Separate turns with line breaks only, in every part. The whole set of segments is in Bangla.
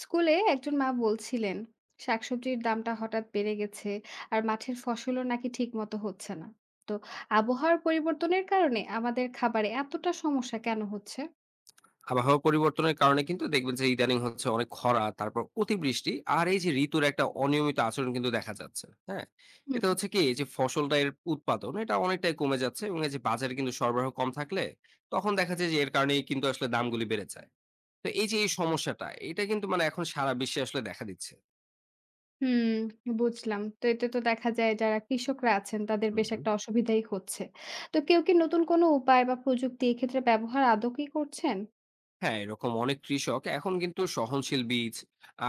স্কুলে একজন মা বলছিলেন শাকসবজির দামটা হঠাৎ বেড়ে গেছে, আর মাঠের ফসলও নাকি ঠিক মতো হচ্ছে না। তো আবহাওয়ার পরিবর্তনের কারণে আমাদের খাবারে এতটা সমস্যা কেন হচ্ছে?
আবহাওয়া পরিবর্তনের কারণে কিন্তু দেখবেন যে ইদানিং হচ্ছে অনেক খরা তারপর অতিবৃষ্টি। আর এই যে ঋতুর একটা অনিয়মিত আচরণ কিন্তু দেখা যাচ্ছে হ্যাঁ। এটা
হুম।
হচ্ছে কি এই যে ফসলটা এর উৎপাদন এটা অনেকটাই কমে যাচ্ছে এবং এই যে বাজারে কিন্তু সরবরাহ কম থাকলে তখন দেখা যায় যে এর কারণেই কিন্তু আসলে দামগুলি বেড়ে যায়। তো এই যে এই সমস্যাটা এটা কিন্তু মানে এখন সারা বিশ্বে আসলে দেখা দিচ্ছে।
হুম, বুঝলাম। তো এতে তো দেখা যায় যারা কৃষকরা আছেন তাদের
হুম
বেশ
হুম।
একটা অসুবিধাই হচ্ছে। তো কেউ কি নতুন কোনো উপায় বা প্রযুক্তি এক্ষেত্রে ব্যবহার আদৌ কি করছেন?
হ্যাঁ, এরকম অনেক কৃষক এখন কিন্তু সহনশীল বীজ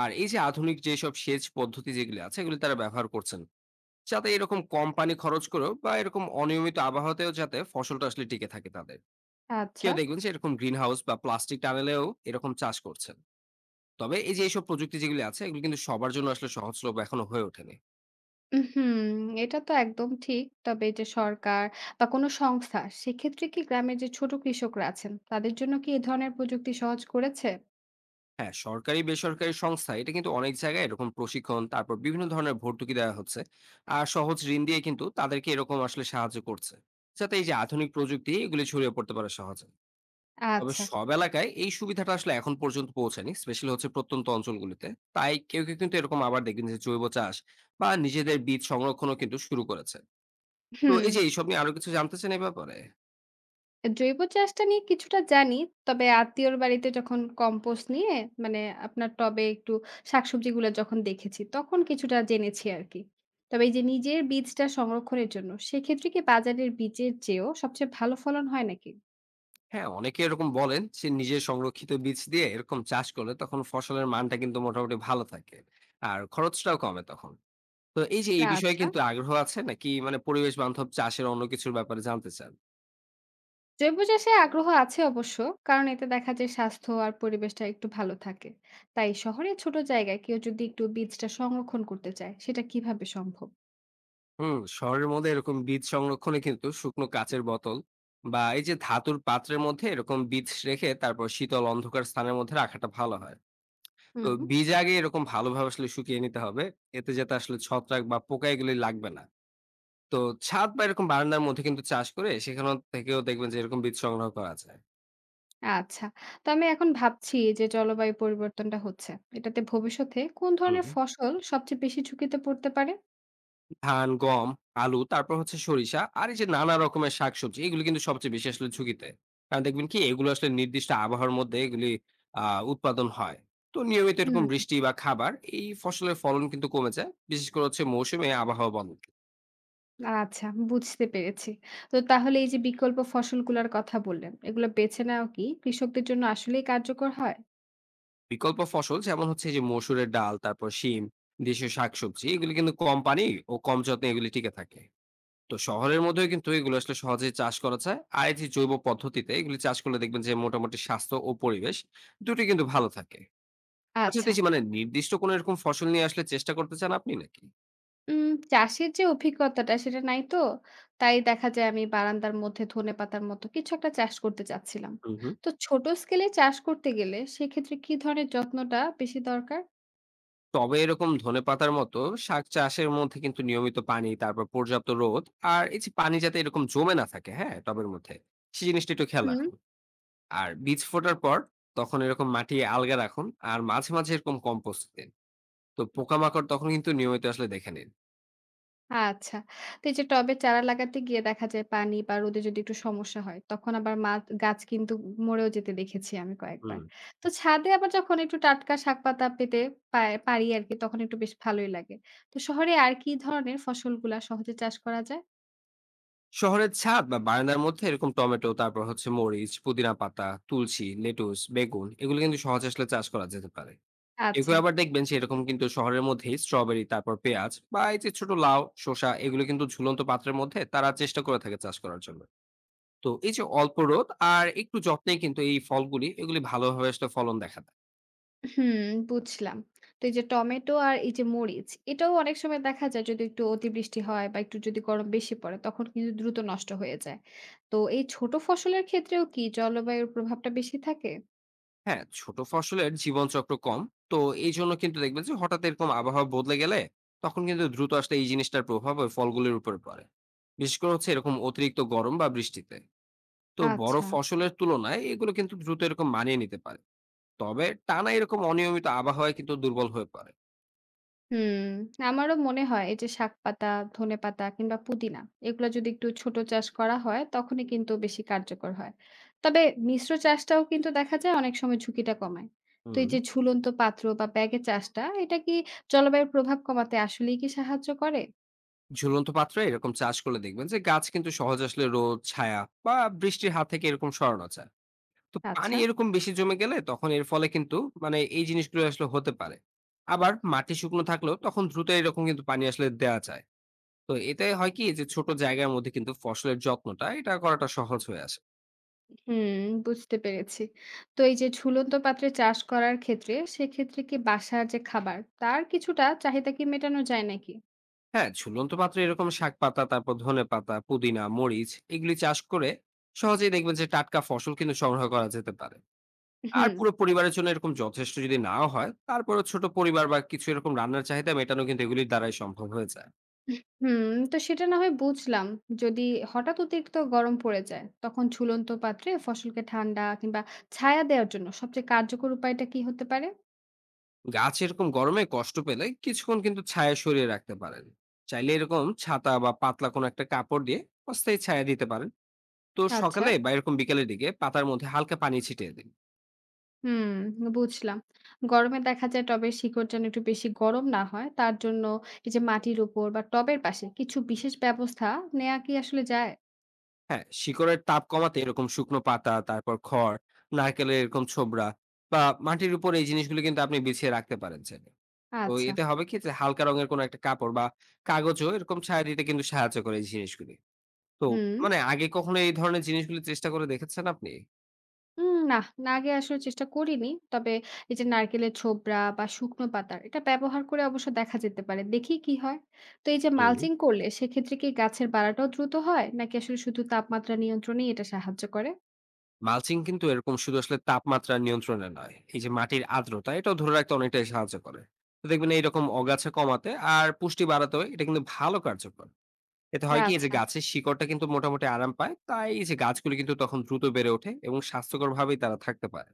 আর এই যে আধুনিক যেসব সেচ পদ্ধতি যেগুলি আছে এগুলি তারা ব্যবহার করছেন, যাতে এরকম কম পানি খরচ করেও বা এরকম অনিয়মিত আবহাওয়াতেও যাতে ফসলটা আসলে টিকে থাকে তাদের।
আচ্ছা।
কেউ দেখবেন যে এরকম গ্রিন হাউস বা প্লাস্টিক টানেলেও এরকম চাষ করছেন। তবে এই যে এইসব প্রযুক্তি যেগুলি আছে এগুলো কিন্তু সবার জন্য আসলে সহজলভ্য এখনো হয়ে ওঠেনি।
হুম, এটা তো একদম ঠিক। তবে এই যে সরকার বা কোনো সংস্থা, সেক্ষেত্রে কি গ্রামের যে ছোট কৃষকরা আছেন, তাদের জন্য কি এ ধরনের প্রযুক্তি সহজ করেছে?
হ্যাঁ, সরকারি বেসরকারি সংস্থা এটা কিন্তু অনেক জায়গায় এরকম প্রশিক্ষণ তারপর বিভিন্ন ধরনের ভর্তুকি দেওয়া হচ্ছে। আর সহজ ঋণ দিয়ে কিন্তু তাদেরকে এরকম আসলে সাহায্য করছে, যাতে এই যে আধুনিক প্রযুক্তি এগুলি ছড়িয়ে পড়তে পারে সহজে। তবে
আচ্ছা।
সব এলাকায় এই সুবিধাটা আসলে এখন পর্যন্ত পৌঁছায়নি, স্পেশালি হচ্ছে প্রত্যন্ত অঞ্চলগুলিতে। তাই কেউ কেউ কিন্তু এরকম আবার দেখবেন যে জৈব চাষ বা নিজেদের বীজ সংরক্ষণও কিন্তু শুরু করেছে। তো
হুম,
এই যে এইসব নিয়ে আরো কিছু জানতে চান এই ব্যাপারে?
জৈব চাষটা নিয়ে কিছুটা জানি। তবে আত্মীয়র বাড়িতে যখন কম্পোস্ট নিয়ে মানে আপনার টবে একটু শাকসবজিগুলো যখন দেখেছি, তখন কিছুটা জেনেছি আরকি। তবে এই যে নিজের বীজটা সংরক্ষণের জন্য, সেক্ষেত্রে কি বাজারের বীজের চেয়েও সবচেয়ে ভালো ফলন হয় নাকি?
হ্যাঁ, অনেকে এরকম বলেন যে নিজের সংরক্ষিত বীজ দিয়ে এরকম চাষ করলে তখন ফসলের মানটা কিন্তু মোটামুটি ভালো থাকে আর খরচটাও কমে তখন। তো এই যে এই বিষয়ে
আচ্ছা।
কিন্তু আগ্রহ আছে নাকি মানে পরিবেশ বান্ধব চাষের অন্য কিছুর ব্যাপারে জানতে চান?
জৈব চাষে আগ্রহ আছে অবশ্য, কারণ এতে দেখা যায় স্বাস্থ্য আর পরিবেশটা একটু ভালো থাকে। তাই শহরে ছোট জায়গায় কেউ যদি একটু বীজটা সংরক্ষণ করতে চায় সেটা কিভাবে সম্ভব?
হুম, শহরের মধ্যে এরকম বীজ সংরক্ষণে কিন্তু শুকনো কাচের বোতল বা এই যে ধাতুর পাত্রের মধ্যে এরকম বীজ রেখে তারপর শীতল অন্ধকার স্থানের মধ্যে রাখাটা ভালো হয়। তো
হুম।
বীজ আগে এরকম ভালোভাবে আসলে শুকিয়ে নিতে হবে, এতে যাতে আসলে ছত্রাক বা পোকা এগুলি লাগবে না। তো ছাদ বা এরকম বারান্দার মধ্যে কিন্তু চাষ করে সেখান থেকেও দেখবেন যে এরকম বীজ সংগ্রহ করা যায়।
আচ্ছা, তো আমি এখন ভাবছি যে জলবায়ু পরিবর্তনটা হচ্ছে, এটাতে ভবিষ্যতে কোন
হুম।
ধরনের ফসল সবচেয়ে বেশি ঝুঁকিতে পড়তে পারে?
ধান, গম, আলু, তারপর হচ্ছে সরিষা আর এই যে নানা রকমের শাকসবজি এগুলো কিন্তু সবচেয়ে বেশি আসলে ঝুঁকিতে। কারণ দেখবেন কি এগুলো আসলে নির্দিষ্ট আবহাওয়ার মধ্যে এগুলি আ উৎপাদন হয়। তো নিয়মিত এরকম
হুম।
বৃষ্টি বা খাবার এই ফসলের ফলন কিন্তু কমে যায়। বিশেষ করে হচ্ছে মৌসুমে আবহাওয়া বদল।
আচ্ছা, বুঝতে পেরেছি। তো তাহলে এই যে বিকল্প ফসলগুলোর কথা বললেন, এগুলো বেছে নেওয়া কি কৃষকদের জন্য আসলেই কার্যকর হয়?
বিকল্প ফসল যেমন হচ্ছে এই যে মসুরের ডাল, তারপর শিম, দেশীয় শাকসবজি এগুলি কিন্তু কম পানি ও কম যত্নে এগুলি টিকে থাকে। তো শহরের মধ্যেও কিন্তু এগুলো আসলে সহজেই চাষ করা যায়। আর এই যে জৈব পদ্ধতিতে এগুলি চাষ করলে দেখবেন যে মোটামুটি স্বাস্থ্য ও পরিবেশ দুটোই কিন্তু ভালো থাকে। আচ্ছা, তো
আচ্ছা।
এই যে মানে নির্দিষ্ট কোনো এরকম ফসল নিয়ে আসলে চেষ্টা করতে চান আপনি নাকি?
উম চাষের যে অভিজ্ঞতাটা সেটা নাই তো। তাই দেখা যায় আমি বারান্দার মধ্যে ধনেপাতার মতো কিছু একটা চাষ করতে চাচ্ছিলাম।
হুম, হুম।
তো ছোট স্কেলে চাষ করতে গেলে সেক্ষেত্রে কি ধরনের যত্নটা বেশি দরকার?
তবে এরকম ধনেপাতার মতো শাক চাষের মধ্যে কিন্তু নিয়মিত পানি, তারপর পর্যাপ্ত রোদ আর এই যে পানি যাতে এরকম জমে না থাকে, হ্যাঁ? টবের মধ্যে। সেই জিনিসটা একটু খেয়াল
হুম।
রাখুন। আর বীজ ফোটার পর তখন এরকম মাটি আলগা রাখুন আর মাঝে মাঝে এরকম কম্পোস্ট দিন। তো পোকামাকড় তখন কিন্তু নিয়মিত আসলে দেখে নিন।
আচ্ছা। তো এই যে টবে চারা লাগাতে গিয়ে দেখা যায় পানি বা রোদে যদি একটু সমস্যা হয়, তখন আবার মা গাছ কিন্তু মরেও যেতে দেখেছি আমি
হুম।
কয়েকবার। তো ছাদে আবার যখন একটু টাটকা শাকপাতা পেতে পায় পারি আরকি, তখন একটু বেশ ভালোই লাগে। তো শহরে আর কি ধরনের ফসলগুলা সহজে চাষ করা যায়?
শহরের ছাদ বা বারান্দার মধ্যে এরকম টমেটো, তারপর হচ্ছে মরিচ, পুদিনা পাতা, তুলসী, লেটুস, বেগুন এগুলো কিন্তু সহজ আসলে চাষ করা যেতে পারে। এগুলো
আচ্ছা।
আবার দেখবেন সেরকম কিন্তু শহরের মধ্যেই স্ট্রবেরি, তারপর পেঁয়াজ বা এই যে ছোট লাউ, শসা এগুলো কিন্তু ঝুলন্ত পাত্রের মধ্যে তারা চেষ্টা করে থাকে চাষ করার জন্য। তো এই যে অল্প রোদ আর একটু যত্নেই কিন্তু এই ফলগুলি এগুলি ভালোভাবে আসলে ফলন দেখা যায়।
হুম, বুঝলাম। তো এই যে টমেটো আর এই যে মরিচ, এটাও অনেক সময় দেখা যায় যদি একটু অতিবৃষ্টি হয় বা একটু যদি গরম বেশি পড়ে তখন কিন্তু দ্রুত নষ্ট হয়ে যায়। তো এই ছোট ফসলের ক্ষেত্রেও কি জলবায়ুর প্রভাবটা বেশি থাকে?
হ্যাঁ, ছোট ফসলের জীবনচক্র কম। তো এই জন্য কিন্তু দেখবেন যে হঠাৎ এরকম আবহাওয়া বদলে গেলে তখন কিন্তু দ্রুত আসলে এই জিনিসটার প্রভাব ওই ফলগুলির উপরে পড়ে। বিশেষ করে হচ্ছে এরকম অতিরিক্ত গরম বা বৃষ্টিতে। তো বড়
আচ্ছা।
ফসলের তুলনায় এগুলো কিন্তু দ্রুত এরকম মানিয়ে নিতে পারে। তবে টানা এরকম অনিয়মিত আবহাওয়ায় কিন্তু দুর্বল হয়ে পড়ে।
হুম, আমারও মনে হয় এই যে শাকপাতা, ধনেপাতা কিংবা পুদিনা, এগুলো যদি একটু ছোট চাষ করা হয় তখনই কিন্তু বেশি কার্যকর হয়। তবে মিশ্র চাষটাও কিন্তু দেখা যায় অনেক সময় ঝুঁকিটা কমায়। তো
হুম।
এই যে ঝুলন্ত পাত্র বা ব্যাগে চাষটা, এটা কি জলবায়ুর প্রভাব কমাতে আসলেই কি সাহায্য করে?
ঝুলন্ত পাত্রে এরকম চাষ করলে দেখবেন যে গাছ কিন্তু সহজ আসলে রোদ, ছায়া বা বৃষ্টির হাত থেকে এরকম সরানো যায়। তো পানি
আচ্ছা,
এরকম বেশি জমে গেলে তখন এর ফলে কিন্তু মানে এই জিনিসগুলো আসলে হতে পারে। আবার মাটি শুকনো থাকলেও তখন দ্রুত এরকম কিন্তু পানি আসলে দেওয়া যায়। তো এতে হয় কি যে ছোট জায়গার মধ্যে কিন্তু ফসলের যত্নটা এটা করাটা সহজ হয়ে আসে।
হুম, বুঝতে পেরেছি। তো এই যে ঝুলন্ত পাত্রে চাষ করার ক্ষেত্রে সেক্ষেত্রে কি বাসার যে খাবার তার কিছুটা চাহিদা কি মেটানো যায় নাকি?
হ্যাঁ, ঝুলন্ত পাত্রে এরকম শাক পাতা, তারপর ধনে পাতা, পুদিনা, মরিচ এগুলি চাষ করে সহজেই দেখবেন যে টাটকা ফসল কিন্তু সংগ্রহ করা যেতে পারে। আর
হুম।
পুরো পরিবারের জন্য এরকম যথেষ্ট যদি নাও হয়, তারপরে ছোট পরিবার বা কিছু এরকম রান্নার চাহিদা মেটানো কিন্তু এগুলির দ্বারাই সম্ভব হয়ে যায়।
হুম, তো সেটা না হয় বুঝলাম। যদি হঠাৎ অতিরিক্ত গরম পড়ে যায়, তখন ঝুলন্ত পাত্রে ফসলকে ঠান্ডা কিংবা ছায়া দেওয়ার জন্য সবচেয়ে কার্যকর উপায়টা কি হতে পারে?
গাছ এরকম গরমে কষ্ট পেলে কিছুক্ষণ কিন্তু ছায়া সরিয়ে রাখতে পারেন। চাইলে এরকম ছাতা বা পাতলা কোনো একটা কাপড় দিয়ে অস্থায়ী ছায়া দিতে পারেন। তো
আচ্ছা,
সকালে বা এরকম বিকেলের দিকে পাতার মধ্যে হালকা পানি ছিটিয়ে দিন।
হুম, বুঝলাম। গরমে দেখা যায় টবের শিকড় যেন একটু বেশি গরম না হয়, তার জন্য এই যে মাটির উপর বা টবের পাশে কিছু বিশেষ ব্যবস্থা নেওয়া কি আসলে যায়?
হ্যাঁ, শিকড়ের তাপ কমাতে এরকম শুকনো পাতা, তারপর খড়, নারকেলের এরকম ছোবড়া বা মাটির উপর এই জিনিসগুলো কিন্তু আপনি বিছিয়ে রাখতে পারেন চাইলে। তো
আচ্ছা,
এতে হবে কি যে হালকা রঙের কোনো একটা কাপড় বা কাগজও এরকম ছায়া দিতে কিন্তু সাহায্য করে এই জিনিসগুলি। তো
হুম।
মানে আগে কখনো এই ধরনের জিনিসগুলি চেষ্টা করে দেখেছেন আপনি?
নাহ, না আগে আসলে চেষ্টা করিনি। তবে এই যে নারকেলের ছোবড়া বা শুকনো পাতার, এটা ব্যবহার করে অবশ্য দেখা যেতে পারে। দেখি কি হয়। তো এই যে
হুম।
মালচিং করলে সেক্ষেত্রে কি গাছের বাড়াটাও দ্রুত হয়? নাকি আসলে শুধু তাপমাত্রা নিয়ন্ত্রণেই এটা সাহায্য করে?
মালচিং কিন্তু এরকম শুধু আসলে তাপমাত্রা নিয়ন্ত্রণে নয়, এই যে মাটির আর্দ্রতা এটাও ধরে রাখতে অনেকটাই সাহায্য করে। তো দেখবেন এইরকম অগাছা কমাতে আর পুষ্টি বাড়াতেও এটা কিন্তু ভালো কার্যকর। এতে হয় কি এই যে
আচ্ছা।
গাছের শিকড়টা কিন্তু মোটামুটি আরাম পায়, তাই এই যে গাছগুলি কিন্তু তখন দ্রুত বেড়ে ওঠে এবং স্বাস্থ্যকর ভাবেই তারা থাকতে পারে।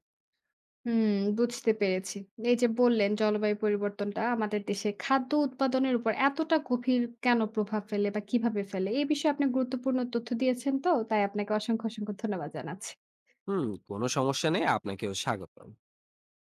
হুম, বুঝতে পেরেছি। এই যে বললেন জলবায়ু পরিবর্তনটা আমাদের দেশে খাদ্য উৎপাদনের উপর এতটা গভীর কেন প্রভাব ফেলে বা কিভাবে ফেলে? এই বিষয়ে আপনি গুরুত্বপূর্ণ তথ্য দিয়েছেন, তো তাই আপনাকে অসংখ্য, অসংখ্য ধন্যবাদ জানাচ্ছি।
হুম, কোনো সমস্যা নেই, আপনাকেও স্বাগতম।